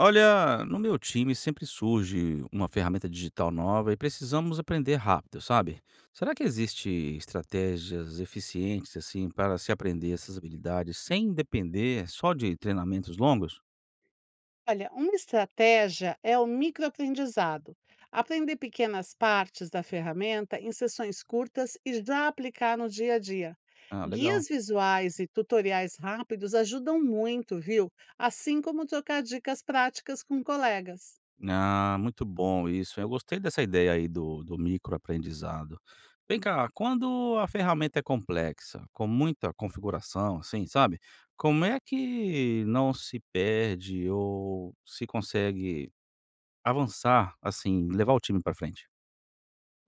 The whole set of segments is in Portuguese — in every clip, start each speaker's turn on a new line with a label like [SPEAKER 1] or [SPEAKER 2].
[SPEAKER 1] Olha, no meu time sempre surge uma ferramenta digital nova e precisamos aprender rápido, sabe? Será que existe estratégias eficientes assim para se aprender essas habilidades sem depender só de treinamentos longos?
[SPEAKER 2] Olha, uma estratégia é o microaprendizado. Aprender pequenas partes da ferramenta em sessões curtas e já aplicar no dia a dia.
[SPEAKER 1] Ah, legal.
[SPEAKER 2] Guias visuais e tutoriais rápidos ajudam muito, viu? Assim como trocar dicas práticas com colegas.
[SPEAKER 1] Ah, muito bom isso. Eu gostei dessa ideia aí do microaprendizado. Vem cá, quando a ferramenta é complexa, com muita configuração, assim, sabe? Como é que não se perde ou se consegue avançar, assim, levar o time pra frente.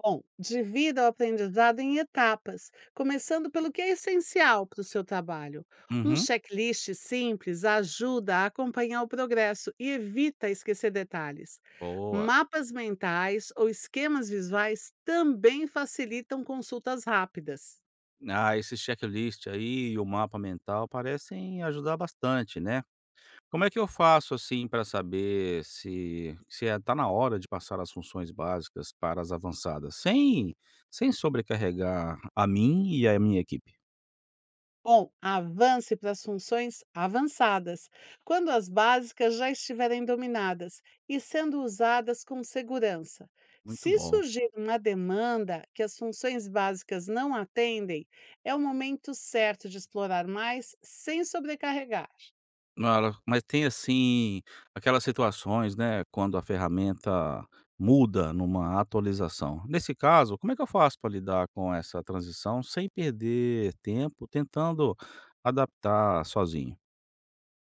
[SPEAKER 2] Bom, divida o aprendizado em etapas, começando pelo que é essencial para o seu trabalho. Um
[SPEAKER 1] Uhum.
[SPEAKER 2] checklist simples ajuda a acompanhar o progresso e evita esquecer detalhes.
[SPEAKER 1] Boa.
[SPEAKER 2] Mapas mentais ou esquemas visuais também facilitam consultas rápidas.
[SPEAKER 1] Ah, esse checklist aí e o mapa mental parecem ajudar bastante, né. Como é que eu faço, assim, para saber se é tá na hora de passar as funções básicas para as avançadas, sem sobrecarregar a mim e a minha equipe?
[SPEAKER 2] Bom, avance para as funções avançadas, quando as básicas já estiverem dominadas e sendo usadas com segurança.
[SPEAKER 1] Muito
[SPEAKER 2] Se
[SPEAKER 1] bom.
[SPEAKER 2] surgir uma demanda que as funções básicas não atendem, é o momento certo de explorar mais sem sobrecarregar.
[SPEAKER 1] Mara, mas tem, assim, aquelas situações, né, quando a ferramenta muda numa atualização. Nesse caso, como é que eu faço para lidar com essa transição sem perder tempo tentando adaptar sozinho?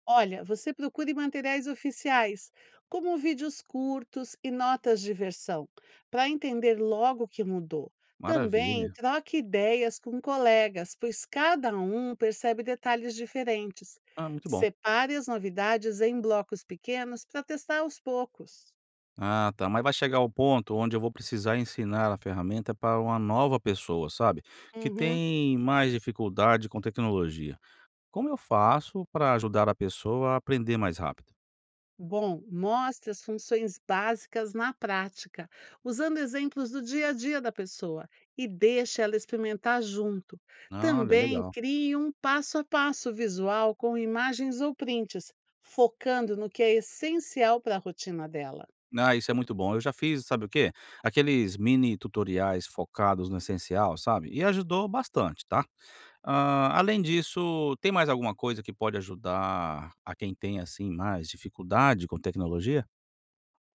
[SPEAKER 2] Olha, você procure materiais oficiais, como vídeos curtos e notas de versão, para entender logo o que mudou. Também
[SPEAKER 1] Maravilha.
[SPEAKER 2] troque ideias com colegas, pois cada um percebe detalhes diferentes.
[SPEAKER 1] Ah, muito bom.
[SPEAKER 2] Separe as novidades em blocos pequenos para testar aos poucos.
[SPEAKER 1] Ah, tá. Mas vai chegar o ponto onde eu vou precisar ensinar a ferramenta para uma nova pessoa, sabe, que
[SPEAKER 2] Uhum.
[SPEAKER 1] tem mais dificuldade com tecnologia. Como eu faço para ajudar a pessoa a aprender mais rápido?
[SPEAKER 2] Bom, mostre as funções básicas na prática, usando exemplos do dia a dia da pessoa e deixe ela experimentar junto.
[SPEAKER 1] Olha,
[SPEAKER 2] Também
[SPEAKER 1] legal.
[SPEAKER 2] crie um passo a passo visual com imagens ou prints, focando no que é essencial para a rotina dela.
[SPEAKER 1] Ah, isso é muito bom. Eu já fiz, sabe o quê? Aqueles mini tutoriais focados no essencial, sabe? E ajudou bastante, tá? Ah, além disso, tem mais alguma coisa que pode ajudar a quem tem, assim, mais dificuldade com tecnologia?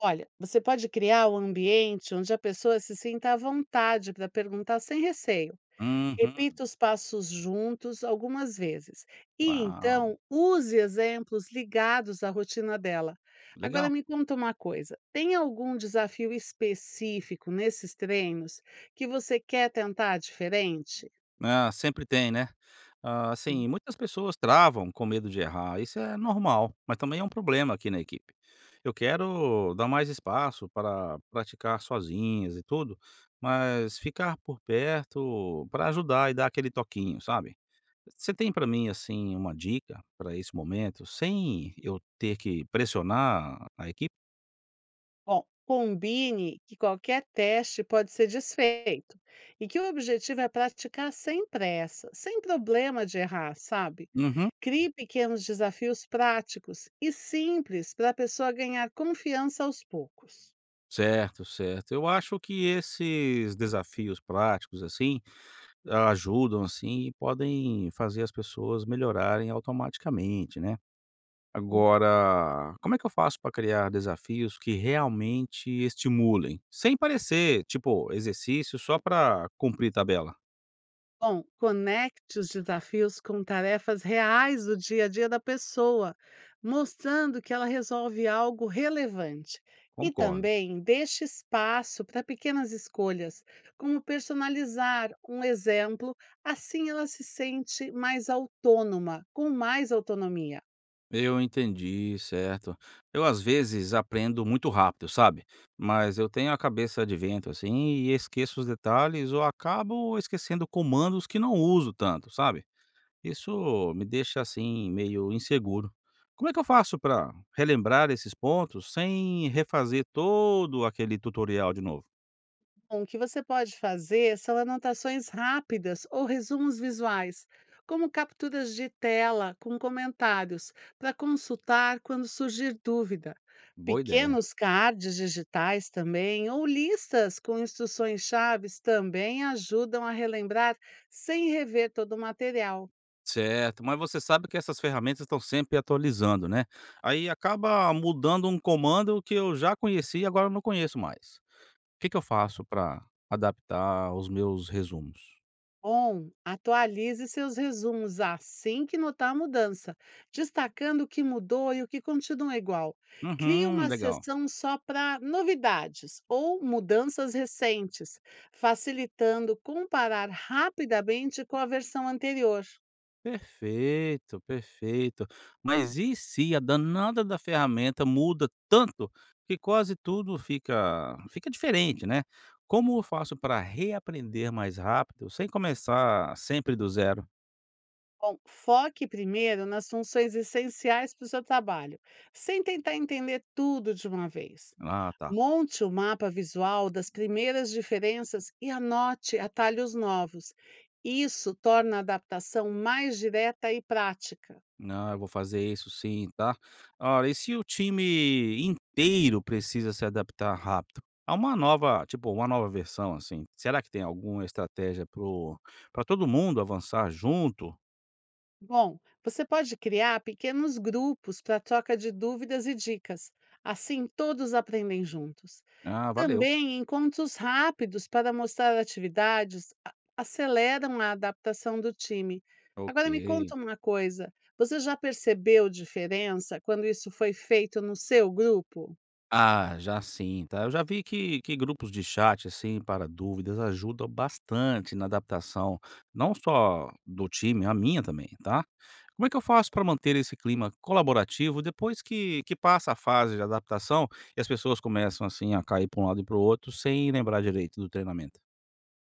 [SPEAKER 2] Olha, você pode criar um ambiente onde a pessoa se sinta à vontade para perguntar sem receio.
[SPEAKER 1] Uhum.
[SPEAKER 2] Repita os passos juntos algumas vezes e
[SPEAKER 1] Uau,
[SPEAKER 2] então use exemplos ligados à rotina dela. Agora
[SPEAKER 1] legal.
[SPEAKER 2] me conta uma coisa: tem algum desafio específico nesses treinos que você quer tentar diferente?
[SPEAKER 1] Ah, sempre tem, né. Ah,
[SPEAKER 2] Hum.
[SPEAKER 1] assim, muitas pessoas travam com medo de errar, isso é normal, mas também é um problema aqui na equipe. Eu quero dar mais espaço para praticar sozinhas e tudo, mas ficar por perto para ajudar e dar aquele toquinho, sabe. Você tem para mim, assim, uma dica para esse momento, sem eu ter que pressionar a equipe?
[SPEAKER 2] Bom, combine que qualquer teste pode ser desfeito e que o objetivo é praticar sem pressa, sem problema de errar, sabe?
[SPEAKER 1] Uhum.
[SPEAKER 2] Crie pequenos desafios práticos e simples para a pessoa ganhar confiança aos poucos.
[SPEAKER 1] Certo, certo. Eu acho que esses desafios práticos, assim, ajudam, assim, e podem fazer as pessoas melhorarem automaticamente, né.
[SPEAKER 2] Hum,
[SPEAKER 1] Agora, como é que eu faço para criar desafios que realmente estimulem? Sem parecer, tipo, exercício só para cumprir tabela.
[SPEAKER 2] Bom, conecte os desafios com tarefas reais do dia a dia da pessoa, mostrando que ela resolve algo relevante. E
[SPEAKER 1] Concordo.
[SPEAKER 2] também deixe espaço para pequenas escolhas, como personalizar um exemplo, assim ela se sente mais autônoma, com mais autonomia.
[SPEAKER 1] Eu entendi, certo. Eu, às vezes, aprendo muito rápido, sabe, mas eu tenho a cabeça de vento, assim, e esqueço os detalhes ou acabo esquecendo comandos que não uso tanto, sabe. Isso me deixa, assim, meio inseguro. Como é que eu faço para relembrar esses pontos sem refazer todo aquele tutorial de novo?
[SPEAKER 2] Bom, o que você pode fazer são anotações rápidas ou resumos visuais, como capturas de tela com comentários, para consultar quando surgir dúvida.
[SPEAKER 1] Boa ideia.
[SPEAKER 2] Pequenos cards digitais também, ou listas com instruções-chaves também ajudam a relembrar sem rever todo o material.
[SPEAKER 1] Certo, mas você sabe que essas ferramentas estão sempre atualizando, né? Aí acaba mudando um comando que eu já conhecia e agora eu não conheço mais. O que eu faço para adaptar os meus resumos?
[SPEAKER 2] Bom, atualize seus resumos assim que notar a mudança, destacando o que mudou e o que continua igual. Crie
[SPEAKER 1] Uhum,
[SPEAKER 2] uma
[SPEAKER 1] legal.
[SPEAKER 2] seção só para novidades ou mudanças recentes, facilitando comparar rapidamente com a versão anterior.
[SPEAKER 1] Perfeito, perfeito. Mas e se a danada da ferramenta muda tanto que quase tudo fica diferente, né. Como eu faço para reaprender mais rápido sem começar sempre do zero?
[SPEAKER 2] Bom, foque primeiro nas funções essenciais para o seu trabalho, sem tentar entender tudo de uma vez.
[SPEAKER 1] Ah, tá.
[SPEAKER 2] Monte o mapa visual das primeiras diferenças e anote atalhos novos. Isso torna a adaptação mais direta e prática.
[SPEAKER 1] Ah, eu vou fazer isso sim, tá. Olha, e se o time inteiro precisa se adaptar rápido a uma nova tipo, uma nova versão, assim, será que tem alguma estratégia para todo mundo avançar junto?
[SPEAKER 2] Bom, você pode criar pequenos grupos para troca de dúvidas e dicas. Assim, todos aprendem juntos.
[SPEAKER 1] Ah, valeu.
[SPEAKER 2] Também encontros rápidos para mostrar atividades aceleram a adaptação do time.
[SPEAKER 1] Ok.
[SPEAKER 2] Agora me conta uma coisa: você já percebeu diferença quando isso foi feito no seu grupo?
[SPEAKER 1] Ah, já sim, tá. Eu já vi que grupos de chat, assim, para dúvidas ajudam bastante na adaptação, não só do time, a minha também, tá? Como é que eu faço para manter esse clima colaborativo depois que passa a fase de adaptação e as pessoas começam, assim, a cair para um lado e para o outro sem lembrar direito do treinamento?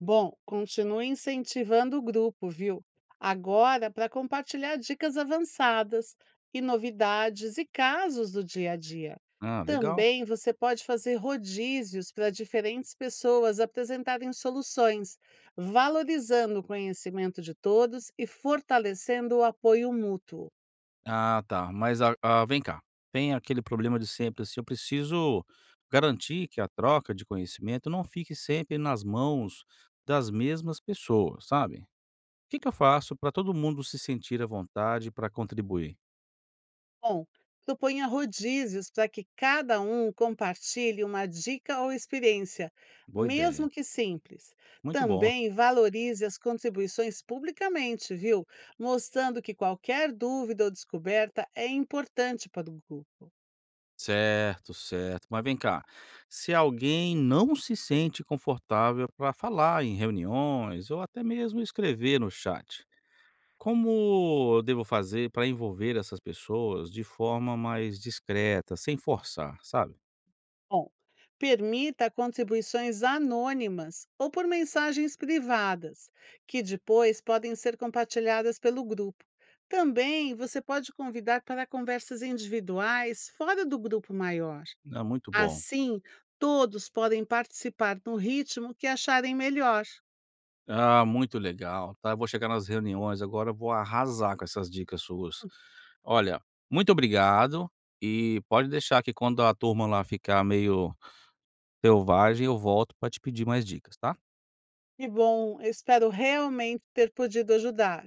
[SPEAKER 2] Bom, continue incentivando o grupo, viu? Agora, para compartilhar dicas avançadas e novidades e casos do dia a dia.
[SPEAKER 1] Ah, legal.
[SPEAKER 2] Também você pode fazer rodízios para diferentes pessoas apresentarem soluções, valorizando o conhecimento de todos e fortalecendo o apoio mútuo.
[SPEAKER 1] Ah, tá. Mas a vem cá, tem aquele problema de sempre, assim, eu preciso garantir que a troca de conhecimento não fique sempre nas mãos das mesmas pessoas, sabe. O que eu faço para todo mundo se sentir à vontade para contribuir?
[SPEAKER 2] Bom, proponha rodízios para que cada um compartilhe uma dica ou experiência,
[SPEAKER 1] Boa ideia.
[SPEAKER 2] mesmo que simples.
[SPEAKER 1] Muito bom.
[SPEAKER 2] Também valorize as contribuições publicamente, viu? Mostrando que qualquer dúvida ou descoberta é importante para o grupo.
[SPEAKER 1] Certo, certo. Mas vem cá, se alguém não se sente confortável para falar em reuniões ou até mesmo escrever no chat, como eu devo fazer para envolver essas pessoas de forma mais discreta, sem forçar, sabe?
[SPEAKER 2] Bom, permita contribuições anônimas ou por mensagens privadas, que depois podem ser compartilhadas pelo grupo. Também você pode convidar para conversas individuais fora do grupo maior.
[SPEAKER 1] É. Uhum. Muito bom.
[SPEAKER 2] Assim, todos podem participar no ritmo que acharem melhor.
[SPEAKER 1] Ah, muito legal, tá? Eu vou chegar nas reuniões agora, eu vou arrasar com essas dicas suas. Olha, muito obrigado e pode deixar que quando a turma lá ficar meio selvagem, eu volto para te pedir mais dicas, tá?
[SPEAKER 2] E bom, eu espero realmente ter podido ajudar.